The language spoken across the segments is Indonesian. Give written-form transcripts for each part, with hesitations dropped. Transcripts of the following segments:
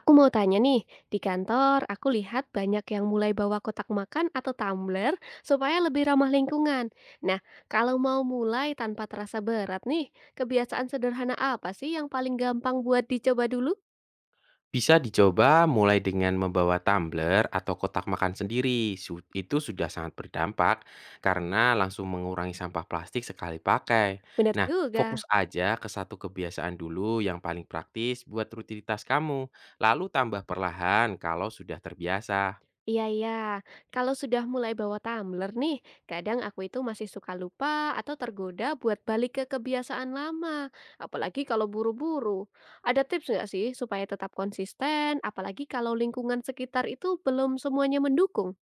Aku mau tanya nih, di kantor aku lihat banyak yang mulai bawa kotak makan atau tumbler supaya lebih ramah lingkungan. Nah, kalau mau mulai tanpa terasa berat nih, kebiasaan sederhana apa sih yang paling gampang buat dicoba dulu? Bisa dicoba mulai dengan membawa tumbler atau kotak makan sendiri. Itu sudah sangat berdampak karena langsung mengurangi sampah plastik sekali pakai. Benar Nah, fokus juga. aja ke satu kebiasaan dulu yang paling praktis buat rutinitas kamu. Lalu tambah perlahan kalau sudah terbiasa. Iya iya, kalau sudah mulai bawa tumbler nih, kadang aku itu masih suka lupa atau tergoda buat balik ke kebiasaan lama, apalagi kalau buru-buru. Ada tips nggak sih supaya tetap konsisten, apalagi kalau lingkungan sekitar itu belum semuanya mendukung?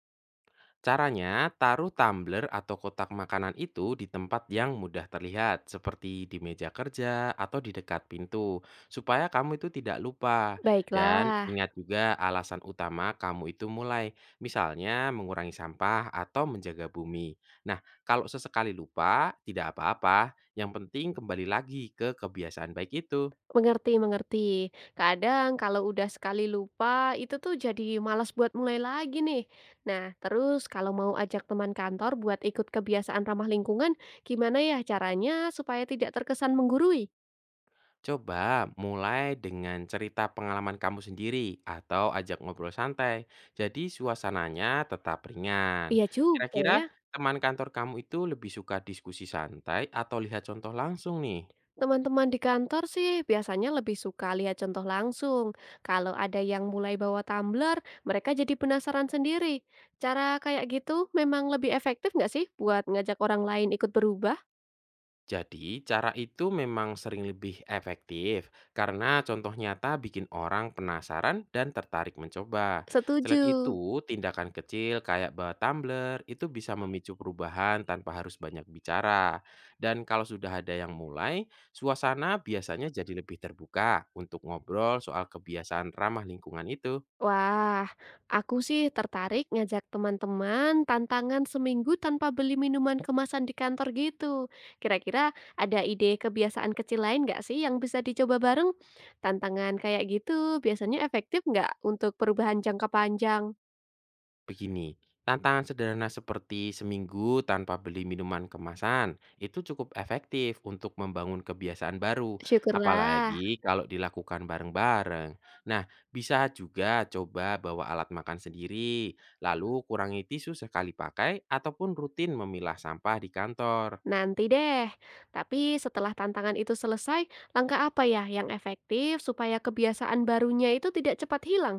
Caranya, taruh tumbler atau kotak makanan itu di tempat yang mudah terlihat, seperti di meja kerja atau di dekat pintu, supaya kamu itu tidak lupa. Dan Baiklah. ingat juga alasan utama kamu itu mulai, misalnya mengurangi sampah atau menjaga bumi. Nah, kalau sesekali lupa, tidak apa-apa. Yang penting kembali lagi ke kebiasaan baik itu. Mengerti mengerti. Kadang kalau udah sekali lupa, itu tuh jadi malas buat mulai lagi nih. Nah, terus kalau mau ajak teman kantor buat ikut kebiasaan ramah lingkungan, gimana ya caranya supaya tidak terkesan menggurui? Coba mulai dengan cerita pengalaman kamu sendiri atau ajak ngobrol santai. Jadi suasananya tetap ringan. Iya juga ya. Kira-kira teman kantor kamu itu lebih suka diskusi santai atau lihat contoh langsung nih? Teman-teman di kantor sih biasanya lebih suka lihat contoh langsung. Kalau ada yang mulai bawa tumbler, mereka jadi penasaran sendiri. Cara kayak gitu memang lebih efektif nggak sih buat ngajak orang lain ikut berubah? Jadi, cara itu memang sering lebih efektif karena contoh nyata bikin orang penasaran dan tertarik mencoba. Selain Setuju. itu, tindakan kecil kayak bawa tumbler itu bisa memicu perubahan tanpa harus banyak bicara. Dan kalau sudah ada yang mulai, suasana biasanya jadi lebih terbuka untuk ngobrol soal kebiasaan ramah lingkungan itu. Wah, aku sih tertarik ngajak teman-teman tantangan seminggu tanpa beli minuman kemasan di kantor gitu. Kira-kira ada ide kebiasaan kecil lain nggak sih yang bisa dicoba bareng? Tantangan kayak gitu biasanya efektif nggak untuk perubahan jangka panjang? Begini, tantangan sederhana seperti seminggu tanpa beli minuman kemasan itu cukup efektif untuk membangun kebiasaan baru, Syukurlah, apalagi kalau dilakukan bareng-bareng. Nah, bisa juga coba bawa alat makan sendiri, lalu kurangi tisu sekali pakai ataupun rutin memilah sampah di kantor. nanti deh. Tapi setelah tantangan itu selesai, langkah apa ya yang efektif supaya kebiasaan barunya itu tidak cepat hilang?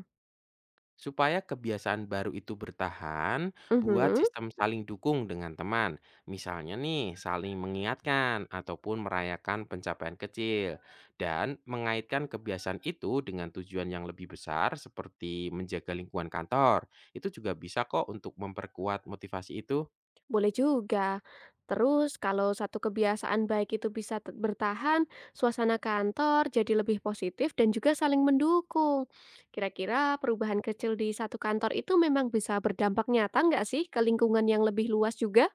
Supaya kebiasaan baru itu bertahan, buat Mhm. sistem saling dukung dengan teman. Misalnya nih, saling mengingatkan ataupun merayakan pencapaian kecil. Dan mengaitkan kebiasaan itu dengan tujuan yang lebih besar seperti menjaga lingkungan kantor. Itu juga bisa kok untuk memperkuat motivasi itu. Boleh juga. Terus kalau satu kebiasaan baik itu bisa bertahan, suasana kantor jadi lebih positif dan juga saling mendukung. Kira-kira perubahan kecil di satu kantor itu memang bisa berdampak nyata nggak sih ke lingkungan yang lebih luas juga?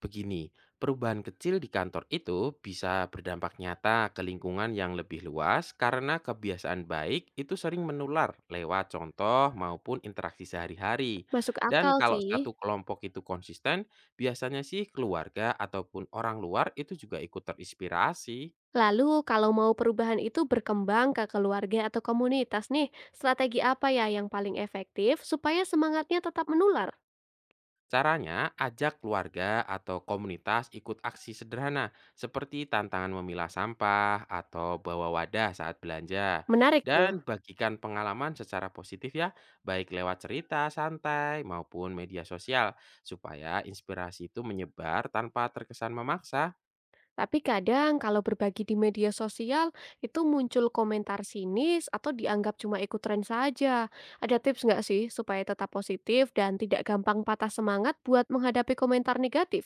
Begini, perubahan kecil di kantor itu bisa berdampak nyata ke lingkungan yang lebih luas karena kebiasaan baik itu sering menular lewat contoh maupun interaksi sehari-hari. Masuk Dan akal kalau sih. satu kelompok itu konsisten, biasanya sih keluarga ataupun orang luar itu juga ikut terinspirasi. Lalu kalau mau perubahan itu berkembang ke keluarga atau komunitas nih, strategi apa ya yang paling efektif supaya semangatnya tetap menular? Caranya, ajak keluarga atau komunitas ikut aksi sederhana seperti tantangan memilah sampah atau bawa wadah saat belanja. Menarik Dan tuh. bagikan pengalaman secara positif ya, baik lewat cerita, santai, maupun media sosial, supaya inspirasi itu menyebar tanpa terkesan memaksa. Tapi kadang kalau berbagi di media sosial itu muncul komentar sinis atau dianggap cuma ikut tren saja. Ada tips nggak sih supaya tetap positif dan tidak gampang patah semangat buat menghadapi komentar negatif?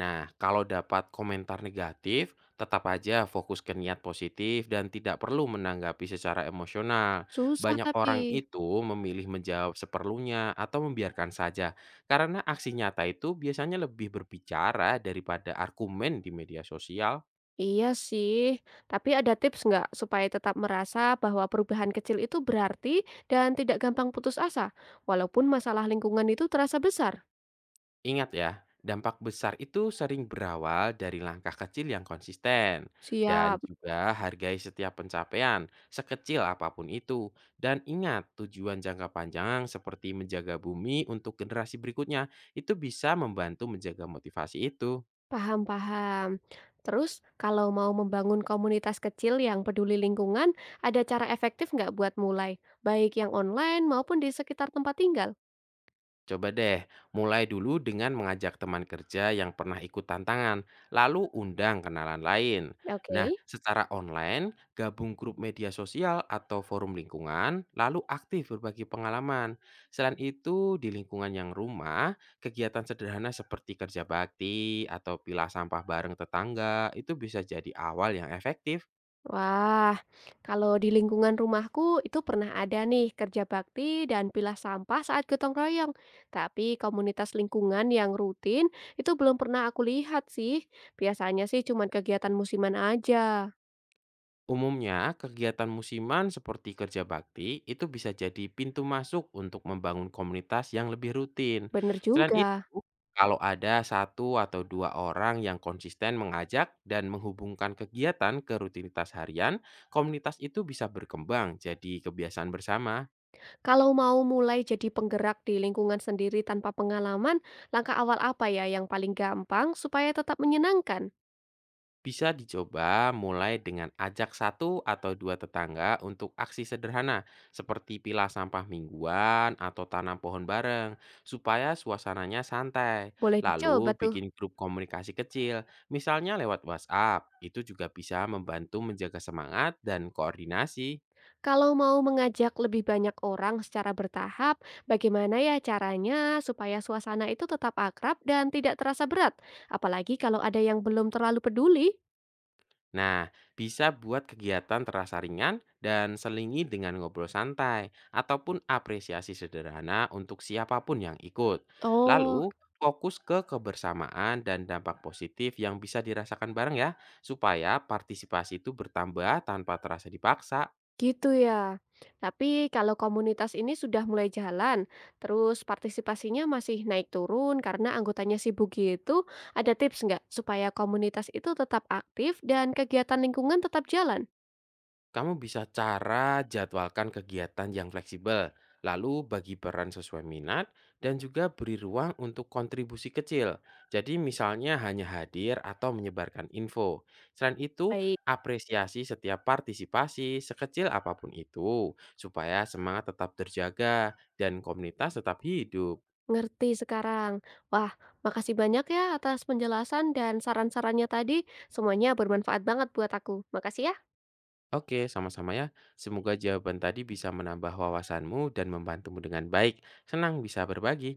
Nah, kalau dapat komentar negatif, tetap aja fokus ke niat positif dan tidak perlu menanggapi secara emosional. Susah Banyak orang tapi. itu memilih menjawab seperlunya atau membiarkan saja, karena aksi nyata itu biasanya lebih berbicara daripada argumen di media sosial. Iya sih, tapi ada tips nggak supaya tetap merasa bahwa perubahan kecil itu berarti dan tidak gampang putus asa, walaupun masalah lingkungan itu terasa besar? Ingat ya, dampak besar itu sering berawal dari langkah kecil yang konsisten dan Siap. juga hargai setiap pencapaian, sekecil apapun itu. Dan ingat, tujuan jangka panjang seperti menjaga bumi untuk generasi berikutnya itu bisa membantu menjaga motivasi itu. Paham paham. Terus kalau mau membangun komunitas kecil yang peduli lingkungan, ada cara efektif nggak buat mulai? Baik yang online maupun di sekitar tempat tinggal? Coba deh, mulai dulu dengan mengajak teman kerja yang pernah ikut tantangan, lalu undang kenalan lain. Nah, Oke. secara online, gabung grup media sosial atau forum lingkungan, lalu aktif berbagi pengalaman. Selain itu, di lingkungan yang rumah, kegiatan sederhana seperti kerja bakti atau pilah sampah bareng tetangga itu bisa jadi awal yang efektif. Wah, kalau di lingkungan rumahku itu pernah ada nih kerja bakti dan pilah sampah saat gotong royong. Tapi komunitas lingkungan yang rutin itu belum pernah aku lihat sih. Biasanya sih cuma kegiatan musiman aja. Umumnya, kegiatan musiman seperti kerja bakti itu bisa jadi pintu masuk untuk membangun komunitas yang lebih rutin. Bener Selain itu, juga. kalau ada satu atau dua orang yang konsisten mengajak dan menghubungkan kegiatan ke rutinitas harian, komunitas itu bisa berkembang jadi kebiasaan bersama. Kalau mau mulai jadi penggerak di lingkungan sendiri tanpa pengalaman, langkah awal apa ya yang paling gampang supaya tetap menyenangkan? Bisa dicoba mulai dengan ajak satu atau dua tetangga untuk aksi sederhana seperti pilah sampah mingguan atau tanam pohon bareng supaya suasananya santai. Boleh dicoba Lalu tuh. bikin grup komunikasi kecil, misalnya lewat WhatsApp. Itu juga bisa membantu menjaga semangat dan koordinasi. Kalau mau mengajak lebih banyak orang secara bertahap, bagaimana ya caranya supaya suasana itu tetap akrab dan tidak terasa berat? Apalagi kalau ada yang belum terlalu peduli. Nah, bisa buat kegiatan terasa ringan dan selingi dengan ngobrol santai ataupun apresiasi sederhana untuk siapapun yang ikut. Oh, Lalu, fokus ke kebersamaan dan dampak positif yang bisa dirasakan bareng ya, supaya partisipasi itu bertambah tanpa terasa dipaksa. gitu ya. Tapi kalau komunitas ini sudah mulai jalan, terus partisipasinya masih naik turun karena anggotanya sibuk gitu, ada tips nggak supaya komunitas itu tetap aktif dan kegiatan lingkungan tetap jalan? Kamu bisa cara jadwalkan kegiatan yang fleksibel, lalu bagi peran sesuai minat, dan juga beri ruang untuk kontribusi kecil. Jadi misalnya hanya hadir atau menyebarkan info. Selain itu, Baik, apresiasi setiap partisipasi sekecil apapun itu, supaya semangat tetap terjaga dan komunitas tetap hidup. ngerti sekarang. Wah, makasih banyak ya atas penjelasan dan saran-sarannya tadi. Semuanya bermanfaat banget buat aku. Makasih ya. Oke, sama-sama ya. Semoga jawaban tadi bisa menambah wawasanmu dan membantumu dengan baik. Senang bisa berbagi.